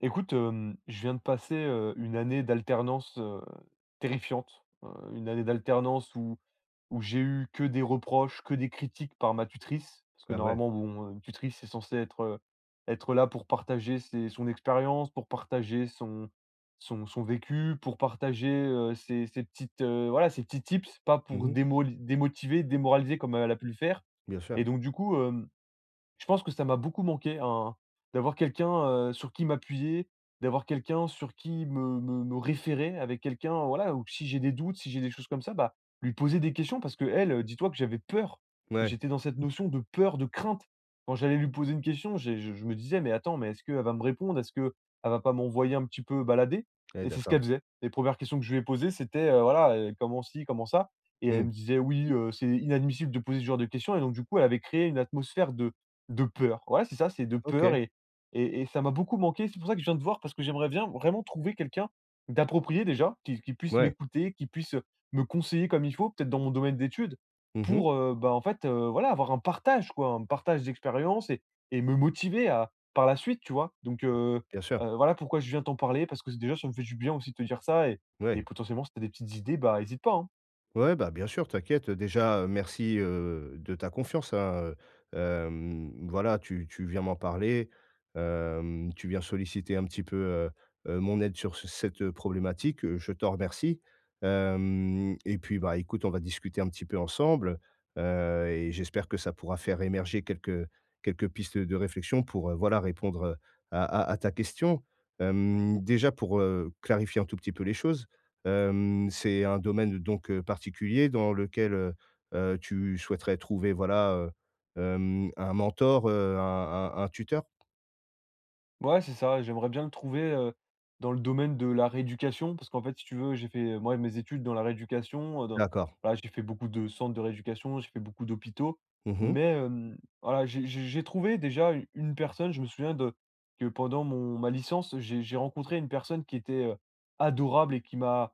Écoute, je viens de passer, une année d'alternance, terrifiante, une année d'alternance où j'ai eu que des reproches, que des critiques par ma tutrice. Parce que Ah ouais. normalement, bon, une tutrice est censée être, être là pour partager ses son expérience, pour partager son vécu, pour partager, ses petites, voilà, ses petits tips, pas Mmh pour mh. démoli démotiver, démoraliser comme elle a pu le faire Bien sûr. et donc du coup, je pense que ça m'a beaucoup manqué, un d'avoir quelqu'un, sur qui m'appuyer, d'avoir quelqu'un sur qui me référer, avec quelqu'un, voilà, ou si j'ai des doutes, si j'ai des choses comme ça, bah, lui poser des questions parce qu'elle, dis-toi que j'avais peur. Ouais. J'étais dans cette notion de peur, de crainte. Quand j'allais lui poser une question, j'ai je me disais: «Mais attends, mais est-ce qu'elle va me répondre? Est-ce qu'elle va pas m'envoyer un petit peu balader?» Ouais, Et c'est ce qu'elle d'accord. faisait. Les premières questions que je lui ai posées, c'était, voilà, comment ci, comment ça et Mm. elle me disait: «Oui, c'est inadmissible de poser ce genre de questions» et donc du coup, elle avait créé une atmosphère de peur. Voilà c'est ça, c'est de OK. peur et et ça m'a beaucoup manqué. C'est pour ça que je viens de voir parce que j'aimerais bien vraiment trouver quelqu'un d'approprié déjà, qui puisse Ouais. m'écouter, qui puisse, me conseiller comme il faut, peut-être dans mon domaine d'études Mmh mh. pour, bah, en fait, voilà, avoir un partage quoi, un partage d'expérience et me motiver à par la suite, tu vois? Donc Bien sûr. Voilà pourquoi je viens t'en parler parce que c'est déjà ça me fait du bien aussi de te dire ça et Ouais. potentiellement si tu as des petites idées, bah, hésite pas, hein. Ouais, bah, bien sûr, t'inquiète. Déjà, merci, de ta confiance, hein, voilà, tu tu viens m'en parler, tu viens solliciter un petit peu, mon aide sur ce cette, problématique, je t'en remercie, hem et puis, bah, écoute, on va discuter un petit peu ensemble, et j'espère que ça pourra faire émerger quelques pistes de réflexion pour, voilà, répondre, à ta question. Déjà pour, clarifier un tout petit peu les choses. C'est un domaine donc particulier dans lequel, tu souhaiterais trouver, voilà, un mentor, un tuteur? Ouais, c'est ça, j'aimerais bien le trouver, dans le domaine de la rééducation parce qu'en fait, si tu veux, j'ai fait, moi, mes études dans la rééducation, dans D'accord. voilà, j'ai fait beaucoup de centres de rééducation, j'ai fait beaucoup d'hôpitaux. Mmh. Mais, voilà, j'ai trouvé déjà u une personne, je me souviens de que pendant mon ma licence, j'ai rencontré une personne qui était, adorable et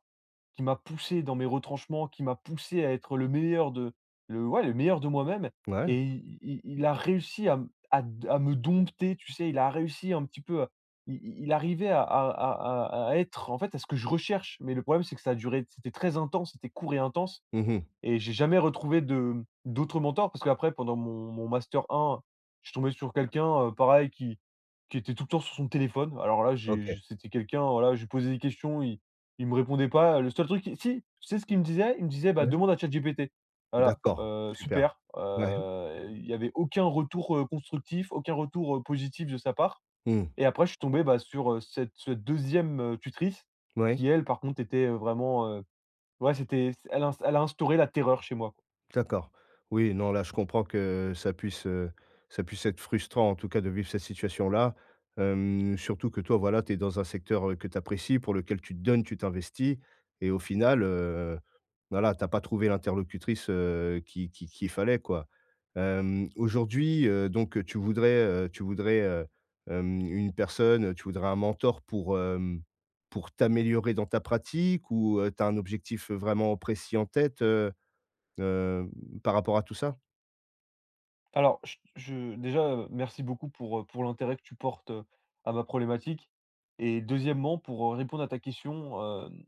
qui m'a poussé dans mes retranchements, qui m'a poussé à être le meilleur de le ouais, le meilleur de moi-même Ouais. et i i il a réussi à m à d à me dompter, tu sais? Il a réussi un petit peu à i i il arrivait à à être en fait, à ce que je recherche, mais le problème, c'est que ça a duré c'était très intense, c'était court et intense Mmh. et j'ai jamais retrouvé de d'autres mentors parce qu'après pendant mon master 1, je suis tombé sur quelqu'un, pareil qui était tout le temps sur son téléphone. Alors là, OK. j'ai c'était quelqu'un, voilà, je lui posais des questions, il me répondait pas. Le seul truc qui si, tu sais ce qu'il me disait? Il me disait: «Bah, Ouais. demande à ChatGPT». Voilà, D'accord. Super. super, Ouais. Il y avait aucun retour, constructif, aucun retour, positif de sa part Mmh. et après je suis tombé, bah, sur, cette 2e, tutrice Ouais. qui elle, par contre, était, vraiment, ouais, c'était c elle a instauré la terreur chez moi. D'accord. Oui, non, là, je comprends que ça puisse être frustrant, en tout cas, de vivre cette situation-là. Surtout que toi, voilà, tu es dans un secteur, que tu apprécies, pour lequel tu te donnes, tu t'investis et au final, voilà, tu as pas trouvé l'interlocutrice, qui qu'il fallait, quoi. Aujourd'hui, donc, tu voudrais, une personne, tu voudrais un mentor pour, pour t'améliorer dans ta pratique ou, tu as un objectif vraiment précis en tête? Heu, Par rapport à tout ça? Alors, je déjà, merci beaucoup pour l'intérêt que tu portes, à ma problématique et deuxièmement, pour, répondre à ta question, hem,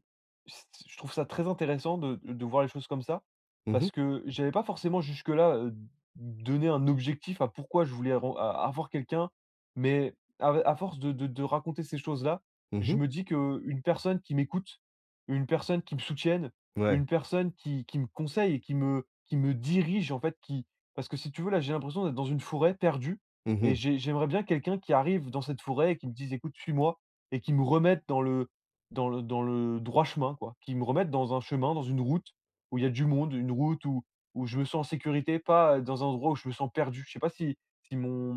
s je trouve ça très intéressant de voir les choses comme ça Mmh mh. parce que j'avais pas forcément jusque-là, donné un objectif à pourquoi je voulais ren a avoir quelqu'un, mais av à force de raconter ces choses-là, Mmh je mh. me dis que une personne qui m'écoute, une personne qui me soutienne, Ouais. une personne qui me conseille et qui me dirige en fait, qui parce que si tu veux, là, j'ai l'impression d'être dans une forêt perdue Mmh et mh. J'aimerais bien quelqu'un qui arrive dans cette forêt et qui me dise: «Écoute, suis-moi» et qui me remette dans le dans le dans le droit chemin, quoi. Qui me remette dans un chemin, dans une route où il y a du monde, une route où je me sens en sécurité, pas, dans un endroit où je me sens perdu. Je sais pas si si mon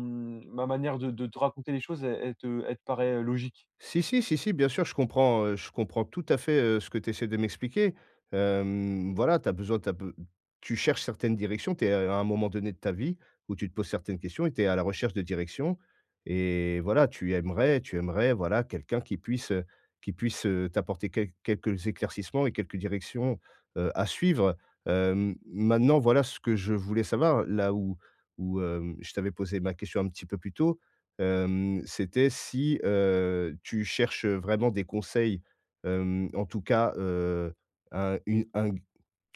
ma manière de te raconter les choses, elle te paraît, logique? Si, si, si, si, bien sûr, je comprends tout à fait, ce que tu essaies de m'expliquer. Voilà, tu as besoin tu be tu cherches certaines directions, tu es à un moment donné de ta vie où tu te poses certaines questions et tu es à la recherche de direction et voilà, tu aimerais, voilà, quelqu'un qui puisse, t'apporter quelques éclaircissements et quelques directions, à suivre. Maintenant, voilà ce que je voulais savoir, là où je t'avais posé ma question un petit peu plus tôt. C'était si, tu cherches vraiment des conseils, en tout cas, un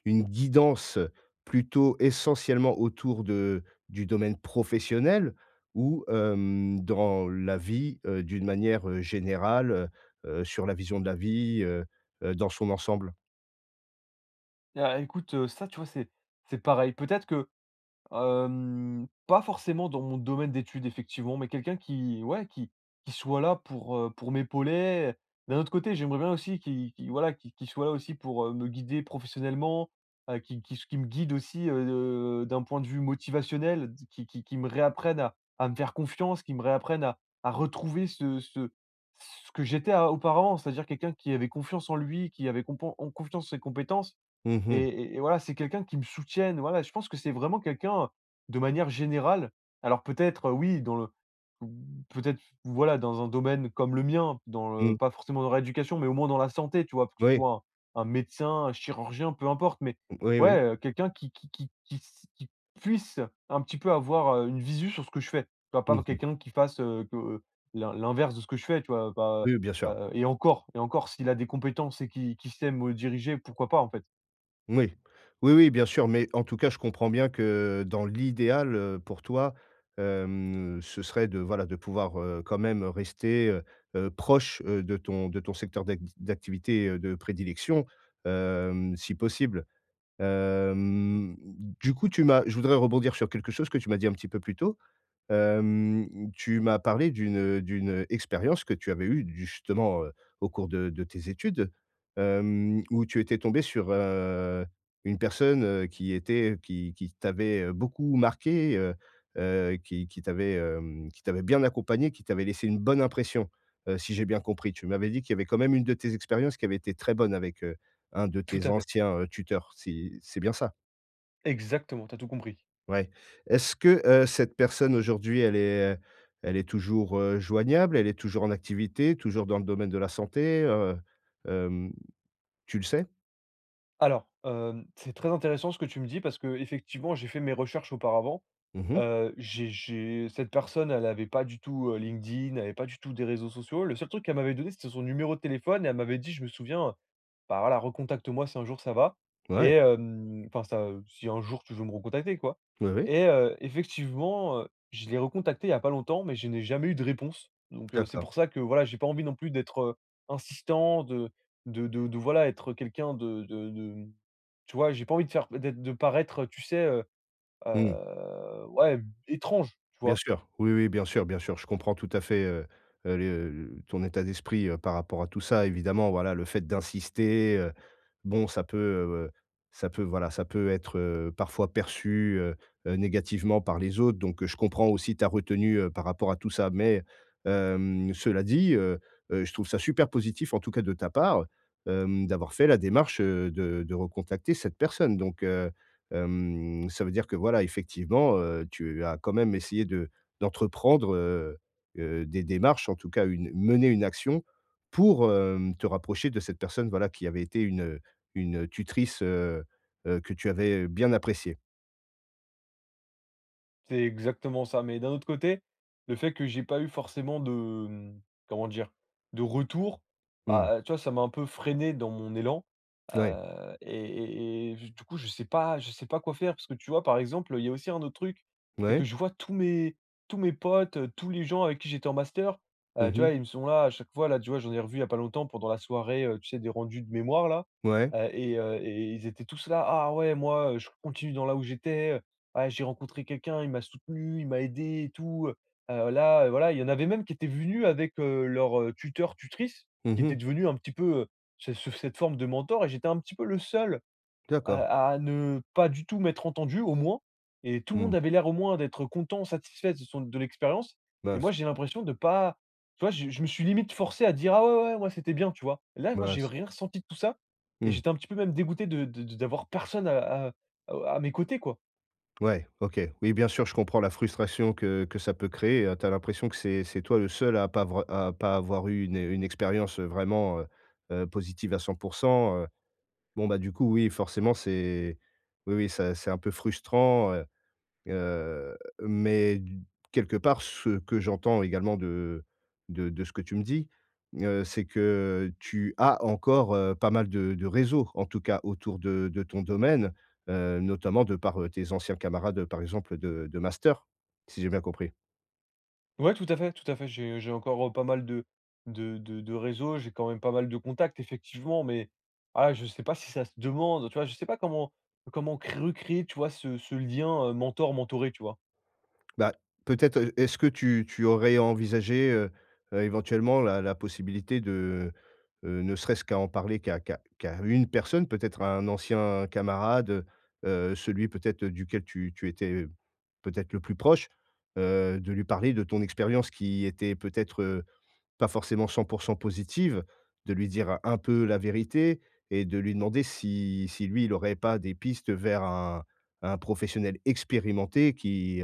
une guidance plutôt essentiellement autour de du domaine professionnel ou, dans la vie, d'une manière, générale, sur la vision de la vie, dans son ensemble? Ah, écoute, ça, tu vois, c'est pareil. Peut-être que pas forcément dans mon domaine d'études effectivement, mais quelqu'un qui ouais, qui soit là pour m'épauler. D'un autre côté, j'aimerais bien aussi qu'il voilà, qu'il soit là aussi pour, me guider professionnellement, qui me guide aussi, d'un point de vue motivationnel, d qui qu'il me réapprenne à me faire confiance, qui me réapprenne à retrouver ce ce que j'étais a auparavant. C'est-à-dire quelqu'un qui avait confiance en lui, qui avait compen en confiance en ses compétences Mmh et mh. Et voilà, c'est quelqu'un qui me soutienne, voilà, je pense que c'est vraiment quelqu'un, de manière générale alors peut-être, oui, dans le peut-être, voilà, dans un domaine comme le mien, dans le Mmh. pas forcément dans l'éducation mais au moins dans la santé, tu vois? Que ce Oui. soit un médecin, un chirurgien, peu importe, mais Oui, oui. ouais, quelqu'un qui puisse un petit peu avoir, une visu sur ce que je fais. Tu vois? Pas Mmh. quelqu'un qui fasse, que l'inverse de ce que je fais, tu vois? Pas, Oui, bien sûr. Et encore s'il a des compétences et qui qu'il sait me diriger, pourquoi pas, en fait? Oui. Oui, oui, bien sûr, mais en tout cas, je comprends bien que dans l'idéal, pour toi, ce serait de, voilà, de pouvoir, quand même rester, proche, de ton secteur d'activité, de prédilection, si possible. Hem, du coup, tu m'as je voudrais rebondir sur quelque chose que tu m'as dit un petit peu plus tôt. Tu m'as parlé d'une expérience que tu avais eue justement, au cours de tes études, où tu étais tombé sur, une personne, qui était qui t'avait, beaucoup marqué, qui t'avait, qui t'avait bien accompagné, qui t'avait laissé une bonne impression, si j'ai bien compris. Tu m'avais dit qu'il y avait quand même une de tes expériences qui avait été très bonne avec, un de Tout tes à fait. anciens, tuteurs. C'est bien ça? Exactement, tu as tout compris. Ouais. Est-ce que, cette personne aujourd'hui, elle est toujours, joignable? Elle est toujours en activité? Toujours dans le domaine de la santé? Hem, Tu le sais? Alors, c'est très intéressant ce que tu me dis parce que effectivement, j'ai fait mes recherches auparavant. Mmh. J'ai cette personne, elle n'avait pas du tout, LinkedIn, elle avait pas du tout des réseaux sociaux. Le seul truc qu'elle m'avait donné, c'était son numéro de téléphone et elle m'avait dit, je me souviens bah, voilà, recontacte-moi si un jour ça va et Ouais. Enfin ça, si un jour tu veux me recontacter quoi Oui, oui. et effectivement, je l'ai recontacté il y a pas longtemps, mais je n'ai jamais eu de réponse. Donc c'est D'accord. pour ça que voilà, j'ai pas envie non plus d'être, insistant, de voilà, être quelqu'un mmh, tu vois? J'ai pas envie de faire d'être de paraître, tu sais, Mmh. Ouais, étrange, tu Bien vois? sûr, oui, oui, bien sûr, bien sûr. Je comprends tout à fait, ton état d'esprit, par rapport à tout ça. Évidemment, voilà, le fait d'insister, bon, voilà, ça peut être, parfois perçu, négativement par les autres. Donc je comprends aussi ta retenue, par rapport à tout ça. Mais cela dit, je trouve ça super positif, en tout cas de ta part, d'avoir fait la démarche, de recontacter cette personne. Donc ça veut dire que voilà, effectivement, tu as quand même essayé de d'entreprendre, des démarches, en tout cas une mener une action pour, te rapprocher de cette personne, voilà, qui avait été une tutrice, que tu avais bien appréciée. C'est exactement ça, mais d'un autre côté, le fait que j'ai pas eu forcément de, mmh, comment dire? De retour, Mmh. bah, tu vois, ça m'a un peu freiné dans mon élan, Ouais. Et j du coup, je sais pas quoi faire parce que tu vois, par exemple, il y a aussi un autre truc, c'est Ouais. que je vois tous mes potes, tous les gens avec qui j'étais en master, tu vois, Mmh. ils me sont là à chaque fois, là, tu vois, j'en ai revu il y a pas longtemps pendant la soirée, tu sais, des rendus de mémoire là, Ouais. Et ils étaient tous là: «Ah ouais, moi, je continue dans là où j'étais, ouais, j'ai rencontré quelqu'un, il m'a soutenu, il m'a aidé et tout, Là, voilà, il y en avait même qui étaient venus avec, leur, tuteur, tutrice, qui Mmh. était devenu un petit peu, ce cette forme de mentor et j'étais un petit peu le seul D'accord. à ne pas du tout m'être entendu, au moins et tout le Mmh. monde avait l'air au moins d'être content, satisfait de l'expérience et Mince, moi, j'ai l'impression de pas tu vois, je me suis limite forcé à dire: «Ah ouais, ouais, moi, c'était bien», tu vois? Là, moi, j'ai mince. rien ressenti de tout ça et Mmh. j'étais un petit peu même dégoûté de d'avoir personne à mes côtés, quoi. Ouais, OK. Oui, bien sûr, je comprends la frustration que ça peut créer. Tu as l'impression que c'est toi le seul à pas avoir eu une expérience, vraiment, positive à 100 heu. Bon, bah, du coup, oui, forcément, c'est oui, oui, ça c'est un peu frustrant. Mais d quelque part, ce que j'entends également de ce que tu me dis, c'est que tu as encore, pas mal de réseaux, en tout cas autour de ton domaine, notamment de par, tes anciens camarades, par exemple, de master, si j'ai bien compris? Ouais, tout à fait, tout à fait. J'ai encore, pas mal de réseaux, j'ai quand même pas mal de contacts effectivement, mais ah, je sais pas si ça se demande, tu vois? Je sais pas comment cré recréer, tu vois, ce lien, mentor-mentoré, tu vois? Bah, peut-être, est-ce que tu aurais envisagé, éventuellement la possibilité de, ne serait-ce qu'à en parler qu'à une personne, peut-être à un ancien camarade, celui peut-être duquel tu étais peut-être le plus proche, de lui parler de ton expérience qui était peut-être, pas forcément 100 positive, de lui dire un peu la vérité et de lui demander si lui, il n'aurait pas des pistes vers un professionnel expérimenté qui,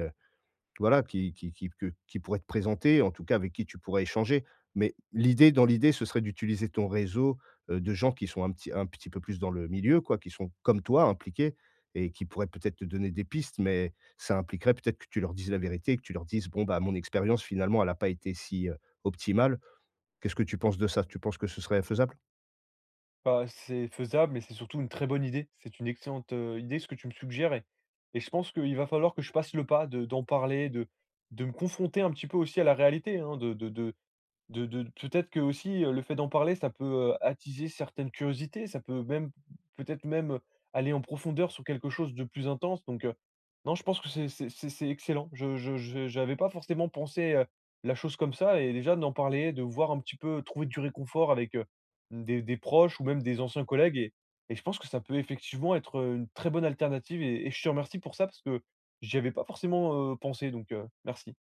voilà, qui pourrait te présenter, en tout cas avec qui tu pourrais échanger. Mais l'idée dans l'idée, ce serait d'utiliser ton réseau, de gens qui sont un petit peu plus dans le milieu, quoi, qui sont comme toi impliqués et qui pourraient peut-être te donner des pistes, mais ça impliquerait peut-être que tu leur dises la vérité, que tu leur dises: «Bon, bah, mon expérience finalement, elle n'a pas été si, optimale». Qu'est-ce que tu penses de ça? Tu penses que ce serait faisable? Bah, c'est faisable, mais c'est surtout une très bonne idée. C'est une excellente, idée ce que tu me suggères et je pense qu'il va falloir que je passe le pas de d'en parler, de me confronter un petit peu aussi à la réalité, hein, de peut-être que aussi, le fait d'en parler, ça peut, attiser certaines curiosités, ça peut même peut-être même, aller en profondeur sur quelque chose de plus intense donc non, je pense que c'est excellent. Je J'avais pas forcément pensé, la chose comme ça et déjà d'en parler, de voir un petit peu trouver du réconfort avec, des proches ou même des anciens collègues et je pense que ça peut effectivement être, une très bonne alternative et je te remercie pour ça parce que j'y avais pas forcément, pensé donc merci.